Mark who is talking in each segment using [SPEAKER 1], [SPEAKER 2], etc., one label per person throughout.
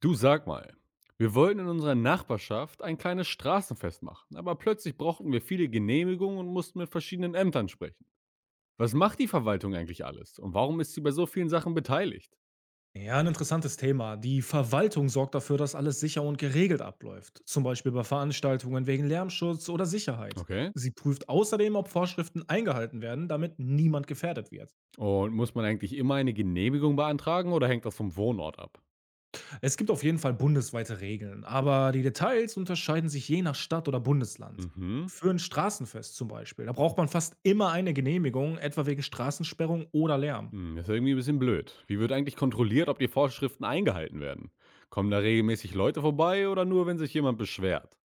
[SPEAKER 1] Du, sag mal, wir wollten in unserer Nachbarschaft ein kleines Straßenfest machen, aber plötzlich brauchten wir viele Genehmigungen und mussten mit verschiedenen Ämtern sprechen. Was macht die Verwaltung eigentlich alles und warum ist sie bei so vielen Sachen beteiligt?
[SPEAKER 2] Ja, ein interessantes Thema. Die Verwaltung sorgt dafür, dass alles sicher und geregelt abläuft, zum Beispiel bei Veranstaltungen wegen Lärmschutz oder Sicherheit.
[SPEAKER 1] Okay.
[SPEAKER 2] Sie prüft außerdem, ob Vorschriften eingehalten werden, damit niemand gefährdet wird.
[SPEAKER 1] Und muss man eigentlich immer eine Genehmigung beantragen oder hängt das vom Wohnort ab?
[SPEAKER 2] Es gibt auf jeden Fall bundesweite Regeln, aber die Details unterscheiden sich je nach Stadt oder Bundesland.
[SPEAKER 1] Mhm.
[SPEAKER 2] Für ein Straßenfest zum Beispiel, da braucht man fast immer eine Genehmigung, etwa wegen Straßensperrung oder Lärm.
[SPEAKER 1] Das ist irgendwie ein bisschen blöd. Wie wird eigentlich kontrolliert, ob die Vorschriften eingehalten werden? Kommen da regelmäßig Leute vorbei oder nur, wenn sich jemand beschwert?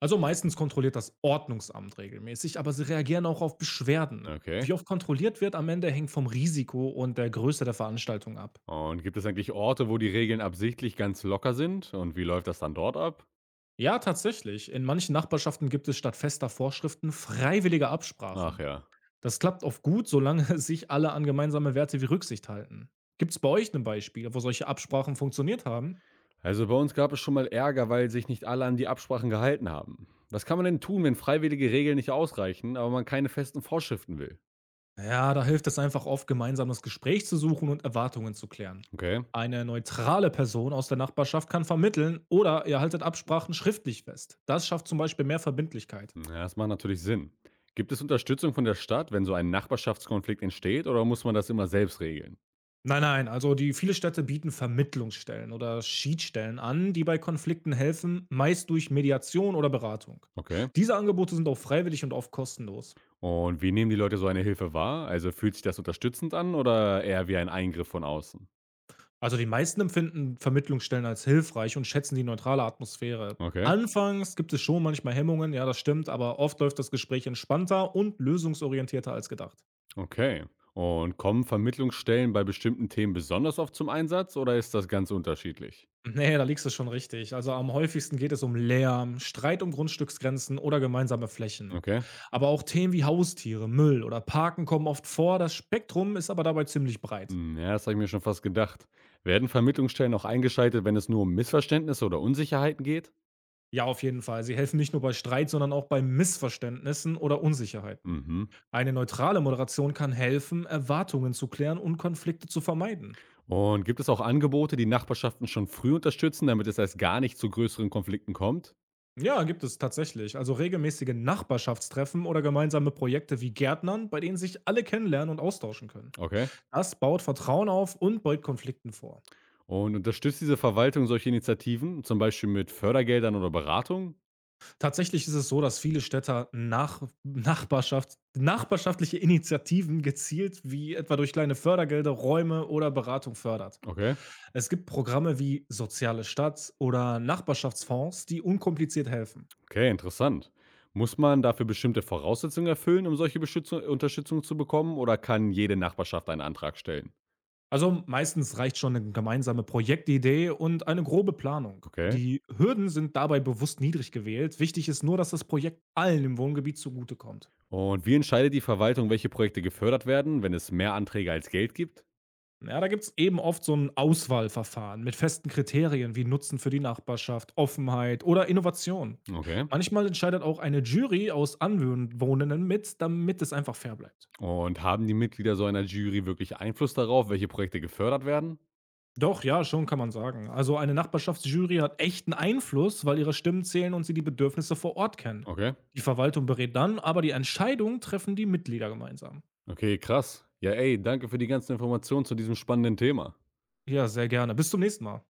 [SPEAKER 2] Also meistens kontrolliert das Ordnungsamt regelmäßig, aber sie reagieren auch auf Beschwerden.
[SPEAKER 1] Okay.
[SPEAKER 2] Wie oft kontrolliert wird am Ende hängt vom Risiko und der Größe der Veranstaltung ab.
[SPEAKER 1] Und gibt es eigentlich Orte, wo die Regeln absichtlich ganz locker sind? Und wie läuft das dann dort ab?
[SPEAKER 2] Ja, tatsächlich. In manchen Nachbarschaften gibt es statt fester Vorschriften freiwillige
[SPEAKER 1] Ach
[SPEAKER 2] Absprachen.
[SPEAKER 1] ja.
[SPEAKER 2] Das klappt oft gut, solange sich alle an gemeinsame Werte wie Rücksicht halten. Gibt es bei euch ein Beispiel, wo solche Absprachen funktioniert haben?
[SPEAKER 1] Also bei uns gab es schon mal Ärger, weil sich nicht alle an die Absprachen gehalten haben. Was kann man denn tun, wenn freiwillige Regeln nicht ausreichen, aber man keine festen Vorschriften will?
[SPEAKER 2] Ja, da hilft es einfach oft, gemeinsam das Gespräch zu suchen und Erwartungen zu klären.
[SPEAKER 1] Okay.
[SPEAKER 2] Eine neutrale Person aus der Nachbarschaft kann vermitteln oder ihr haltet Absprachen schriftlich fest. Das schafft zum Beispiel mehr Verbindlichkeit.
[SPEAKER 1] Ja, das macht natürlich Sinn. Gibt es Unterstützung von der Stadt, wenn so ein Nachbarschaftskonflikt entsteht, oder muss man das immer selbst regeln?
[SPEAKER 2] Nein, nein, also die viele Städte bieten Vermittlungsstellen oder Schiedsstellen an, die bei Konflikten helfen, meist durch Mediation oder Beratung.
[SPEAKER 1] Okay.
[SPEAKER 2] Diese Angebote sind auch freiwillig und oft kostenlos.
[SPEAKER 1] Und wie nehmen die Leute so eine Hilfe wahr? Also fühlt sich das unterstützend an oder eher wie ein Eingriff von außen?
[SPEAKER 2] Also, die meisten empfinden Vermittlungsstellen als hilfreich und schätzen die neutrale Atmosphäre.
[SPEAKER 1] Okay.
[SPEAKER 2] Anfangs gibt es schon manchmal Hemmungen, ja, das stimmt, aber oft läuft das Gespräch entspannter und lösungsorientierter als gedacht.
[SPEAKER 1] Okay. Und kommen Vermittlungsstellen bei bestimmten Themen besonders oft zum Einsatz oder ist das ganz unterschiedlich?
[SPEAKER 2] Nee, da liegst du schon richtig. Also am häufigsten geht es um Lärm, Streit um Grundstücksgrenzen oder gemeinsame Flächen.
[SPEAKER 1] Okay.
[SPEAKER 2] Aber auch Themen wie Haustiere, Müll oder Parken kommen oft vor. Das Spektrum ist aber dabei ziemlich breit.
[SPEAKER 1] Ja, das habe ich mir schon fast gedacht. Werden Vermittlungsstellen auch eingeschaltet, wenn es nur um Missverständnisse oder Unsicherheiten geht?
[SPEAKER 2] Ja, auf jeden Fall. Sie helfen nicht nur bei Streit, sondern auch bei Missverständnissen oder Unsicherheiten.
[SPEAKER 1] Mhm.
[SPEAKER 2] Eine neutrale Moderation kann helfen, Erwartungen zu klären und Konflikte zu vermeiden.
[SPEAKER 1] Und gibt es auch Angebote, die Nachbarschaften schon früh unterstützen, damit es erst gar nicht zu größeren Konflikten kommt?
[SPEAKER 2] Ja, gibt es tatsächlich. Also regelmäßige Nachbarschaftstreffen oder gemeinsame Projekte wie Gärtnern, bei denen sich alle kennenlernen und austauschen können.
[SPEAKER 1] Okay.
[SPEAKER 2] Das baut Vertrauen auf und beugt Konflikten vor.
[SPEAKER 1] Und unterstützt diese Verwaltung solche Initiativen, zum Beispiel mit Fördergeldern oder Beratung?
[SPEAKER 2] Tatsächlich ist es so, dass viele nachbarschaftliche Initiativen gezielt, wie etwa durch kleine Fördergelder, Räume oder Beratung fördert.
[SPEAKER 1] Okay.
[SPEAKER 2] Es gibt Programme wie Soziale Stadt oder Nachbarschaftsfonds, die unkompliziert helfen.
[SPEAKER 1] Okay, interessant. Muss man dafür bestimmte Voraussetzungen erfüllen, um solche Beschützu Unterstützung zu bekommen, oder kann jede Nachbarschaft einen Antrag stellen?
[SPEAKER 2] Also meistens reicht schon eine gemeinsame Projektidee und eine grobe Planung.
[SPEAKER 1] Okay.
[SPEAKER 2] Die Hürden sind dabei bewusst niedrig gewählt. Wichtig ist nur, dass das Projekt allen im Wohngebiet zugutekommt.
[SPEAKER 1] Und wie entscheidet die Verwaltung, welche Projekte gefördert werden, wenn es mehr Anträge als Geld gibt?
[SPEAKER 2] Ja, da gibt es eben oft so ein Auswahlverfahren mit festen Kriterien wie Nutzen für die Nachbarschaft, Offenheit oder Innovation.
[SPEAKER 1] Okay.
[SPEAKER 2] Manchmal entscheidet auch eine Jury aus Anwohnenden mit, damit es einfach fair bleibt.
[SPEAKER 1] Und haben die Mitglieder so einer Jury wirklich Einfluss darauf, welche Projekte gefördert werden?
[SPEAKER 2] Doch, ja, schon kann man sagen. Also eine Nachbarschaftsjury hat echten Einfluss, weil ihre Stimmen zählen und sie die Bedürfnisse vor Ort kennen.
[SPEAKER 1] Okay.
[SPEAKER 2] Die Verwaltung berät dann, aber die Entscheidung treffen die Mitglieder gemeinsam.
[SPEAKER 1] Okay, krass. Ja, ey, danke für die ganzen Informationen zu diesem spannenden Thema.
[SPEAKER 2] Ja, sehr gerne. Bis zum nächsten Mal.